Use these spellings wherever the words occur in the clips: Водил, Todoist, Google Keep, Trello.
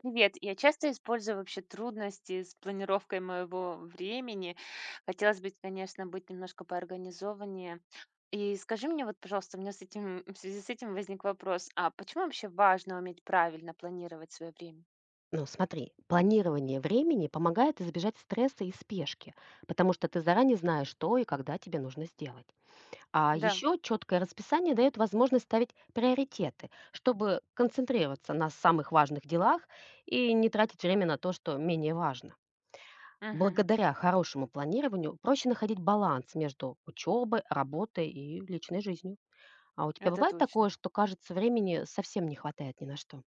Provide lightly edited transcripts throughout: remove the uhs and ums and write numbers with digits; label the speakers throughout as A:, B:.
A: Привет. Я часто использую вообще трудности с планировкой моего времени. Хотелось бы, конечно, быть немножко поорганизованнее. И скажи мне, вот, пожалуйста, у меня с этим, в связи с этим возник вопрос, а почему вообще важно уметь правильно планировать свое время?
B: Ну, смотри, планирование времени помогает избежать стресса и спешки, потому что ты заранее знаешь, что и когда тебе нужно сделать. А
A: Да,
B: еще четкое расписание дает возможность ставить приоритеты, чтобы концентрироваться на самых важных делах и не тратить время на то, что менее важно.
A: мгм,
B: Благодаря хорошему планированию проще находить баланс между учебой, работой и личной жизнью. А у тебя
A: это
B: бывает такое,
A: точно.
B: что кажется, времени совсем не хватает ни на что?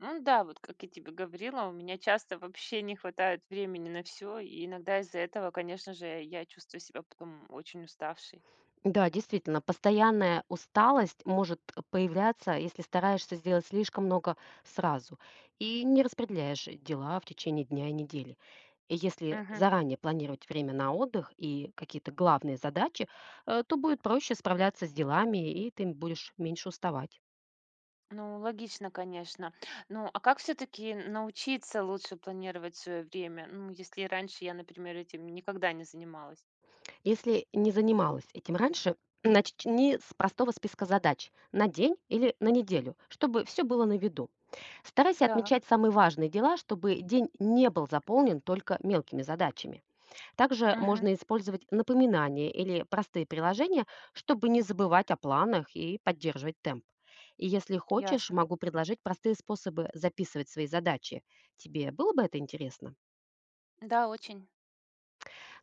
A: Ну да, вот как я тебе говорила, у меня часто вообще не хватает времени на все, и иногда из-за этого, конечно же, я чувствую себя потом очень уставшей.
B: Да, действительно, постоянная усталость может появляться, если стараешься сделать слишком много сразу и не распределяешь дела в течение дня и недели. И если
A: Мгм.
B: заранее планировать время на отдых и какие-то главные задачи, то будет проще справляться с делами, и ты будешь меньше уставать.
A: Ну, логично, конечно. Ну, а как все-таки научиться лучше планировать свое время? Ну, если раньше я, например, этим никогда не занималась.
B: Если не занималась этим раньше, начни с простого списка задач на день или на неделю, чтобы все было на виду. Старайся
A: Так,
B: отмечать самые важные дела, чтобы день не был заполнен только мелкими задачами. Также
A: мгм,
B: можно использовать напоминания или простые приложения, чтобы не забывать о планах и поддерживать темп. И если хочешь,
A: ясно.
B: могу предложить простые способы записывать свои задачи. Тебе было бы это интересно?
A: Да, очень.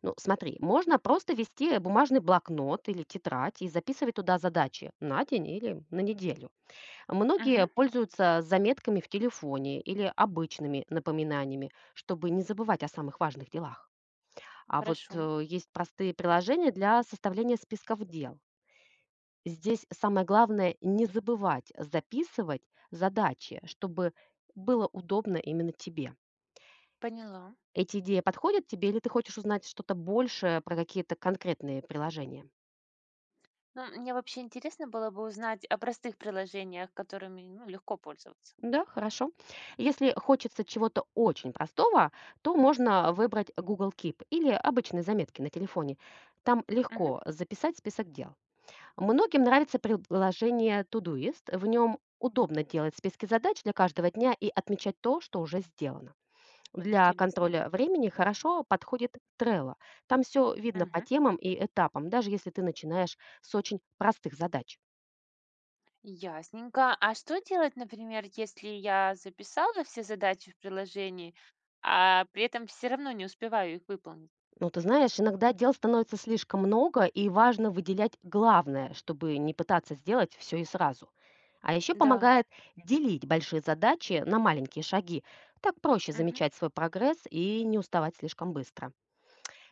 B: Ну, смотри, можно просто вести бумажный блокнот или тетрадь и записывать туда задачи на день или на неделю. Многие
A: Мгм,
B: пользуются заметками в телефоне или обычными напоминаниями, чтобы не забывать о самых важных делах. А вот
A: хорошо,
B: есть простые приложения для составления списков дел. Здесь самое главное не забывать записывать задачи, чтобы было удобно именно тебе.
A: поняла.
B: Эти идеи подходят тебе или ты хочешь узнать что-то больше про какие-то конкретные приложения?
A: Ну, мне вообще интересно было бы узнать о простых приложениях, которыми, ну, легко пользоваться.
B: Да, хорошо. Если хочется чего-то очень простого, то можно выбрать Google Keep или обычные заметки на телефоне. Там
A: Мгм,
B: легко записать список дел. Многим нравится приложение Todoist. В нем удобно делать списки задач для каждого дня и отмечать то, что уже сделано. Для
A: интересно.
B: контроля времени хорошо подходит Trello. Там все видно по
A: Мгм,
B: темам и этапам, даже если ты начинаешь с очень простых задач.
A: ясненько. А что делать, например, если я записала все задачи в приложении, а при этом все равно не успеваю их выполнить?
B: Ну, ты знаешь, иногда дел становится слишком много, и важно выделять главное, чтобы не пытаться сделать все и сразу. А еще
A: Да.
B: помогает делить большие задачи на маленькие шаги. Так проще
A: Мгм.
B: замечать свой прогресс и не уставать слишком быстро.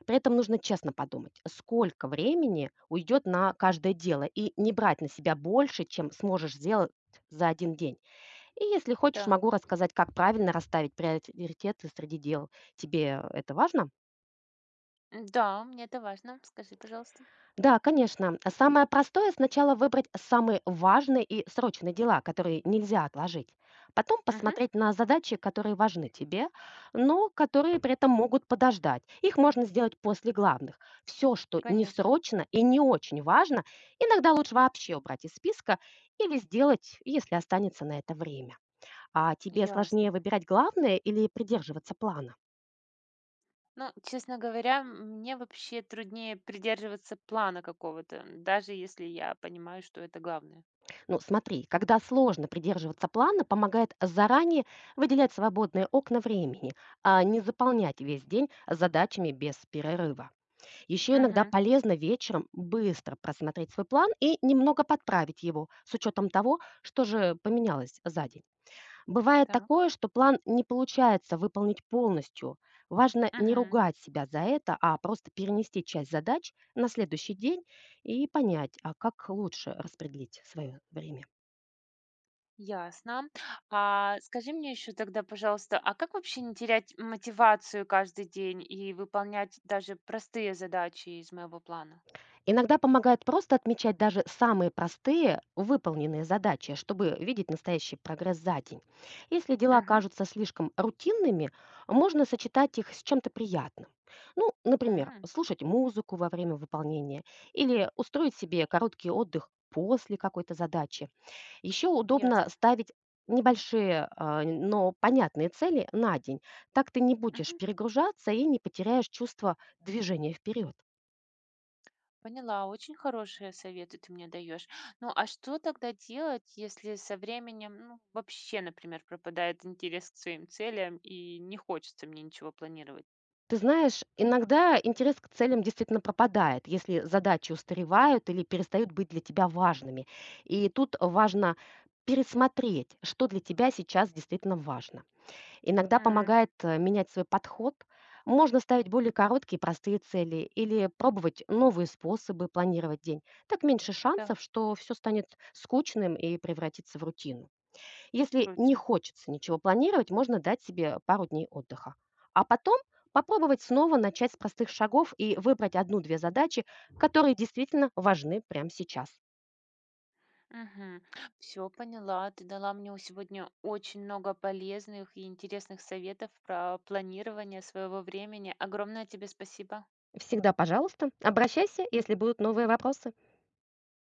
B: При этом нужно честно подумать, сколько времени уйдет на каждое дело, и не брать на себя больше, чем сможешь сделать за один день. И если хочешь,
A: Так,
B: могу рассказать, как правильно расставить приоритеты среди дел. Тебе это важно?
A: м, да, мне это важно. Скажи, пожалуйста.
B: Да, конечно. Самое простое сначала выбрать самые важные и срочные дела, которые нельзя отложить. Потом
A: Мгм.
B: посмотреть на задачи, которые важны тебе, но которые при этом могут подождать. Их можно сделать после главных. Все, что не
A: Конечно,
B: срочно и не очень важно, иногда лучше вообще убрать из списка или сделать, если останется на это время. А тебе
A: ясно.
B: сложнее выбирать главное или придерживаться плана?
A: Ну, честно говоря, мне вообще труднее придерживаться плана какого-то, даже если я понимаю, что это главное.
B: Ну, смотри, когда сложно придерживаться плана, помогает заранее выделять свободные окна времени, а не заполнять весь день задачами без перерыва. Еще иногда
A: Угу.
B: полезно вечером быстро просмотреть свой план и немного подправить его с учетом того, что же поменялось за день. Бывает
A: Так.
B: такое, что план не получается выполнить полностью. Важно не
A: Угу.
B: ругать себя за это, а просто перенести часть задач на следующий день и понять, а как лучше распределить свое время.
A: Ясно. А скажи мне еще тогда, пожалуйста, а как вообще не терять мотивацию каждый день и выполнять даже простые задачи из моего плана?
B: Иногда помогает просто отмечать даже самые простые выполненные задачи, чтобы видеть настоящий прогресс за день. Если дела
A: Угу.
B: кажутся слишком рутинными, можно сочетать их с чем-то приятным. Ну, например,
A: М,
B: слушать музыку во время выполнения или устроить себе короткий отдых после какой-то задачи. Еще удобно
A: ясно.
B: ставить небольшие, а, но понятные цели на день. Так ты не будешь
A: Мгм.
B: перегружаться и не потеряешь чувство движения вперед.
A: Поняла, очень хорошие советы ты мне даешь. Ну, а что тогда делать, если со временем, ну, вообще, например, пропадает интерес к своим целям и не хочется мне ничего планировать?
B: Ты знаешь, иногда интерес к целям действительно пропадает, если задачи устаревают или перестают быть для тебя важными. И тут важно пересмотреть, что для тебя сейчас действительно важно. Иногда
A: М,
B: помогает менять свой подход. Можно ставить более короткие и простые цели или пробовать новые способы планировать день. Так меньше
A: так,
B: шансов, что все станет скучным и превратится в рутину. Если не
A: точно.
B: хочется ничего планировать, можно дать себе пару дней отдыха. А потом попробовать снова начать с простых шагов и выбрать одну-две задачи, которые действительно важны прямо сейчас.
A: Угу. Все, поняла. Ты дала мне сегодня очень много полезных и интересных советов про планирование своего времени. Огромное тебе спасибо.
B: Всегда, пожалуйста, обращайся, если будут новые вопросы.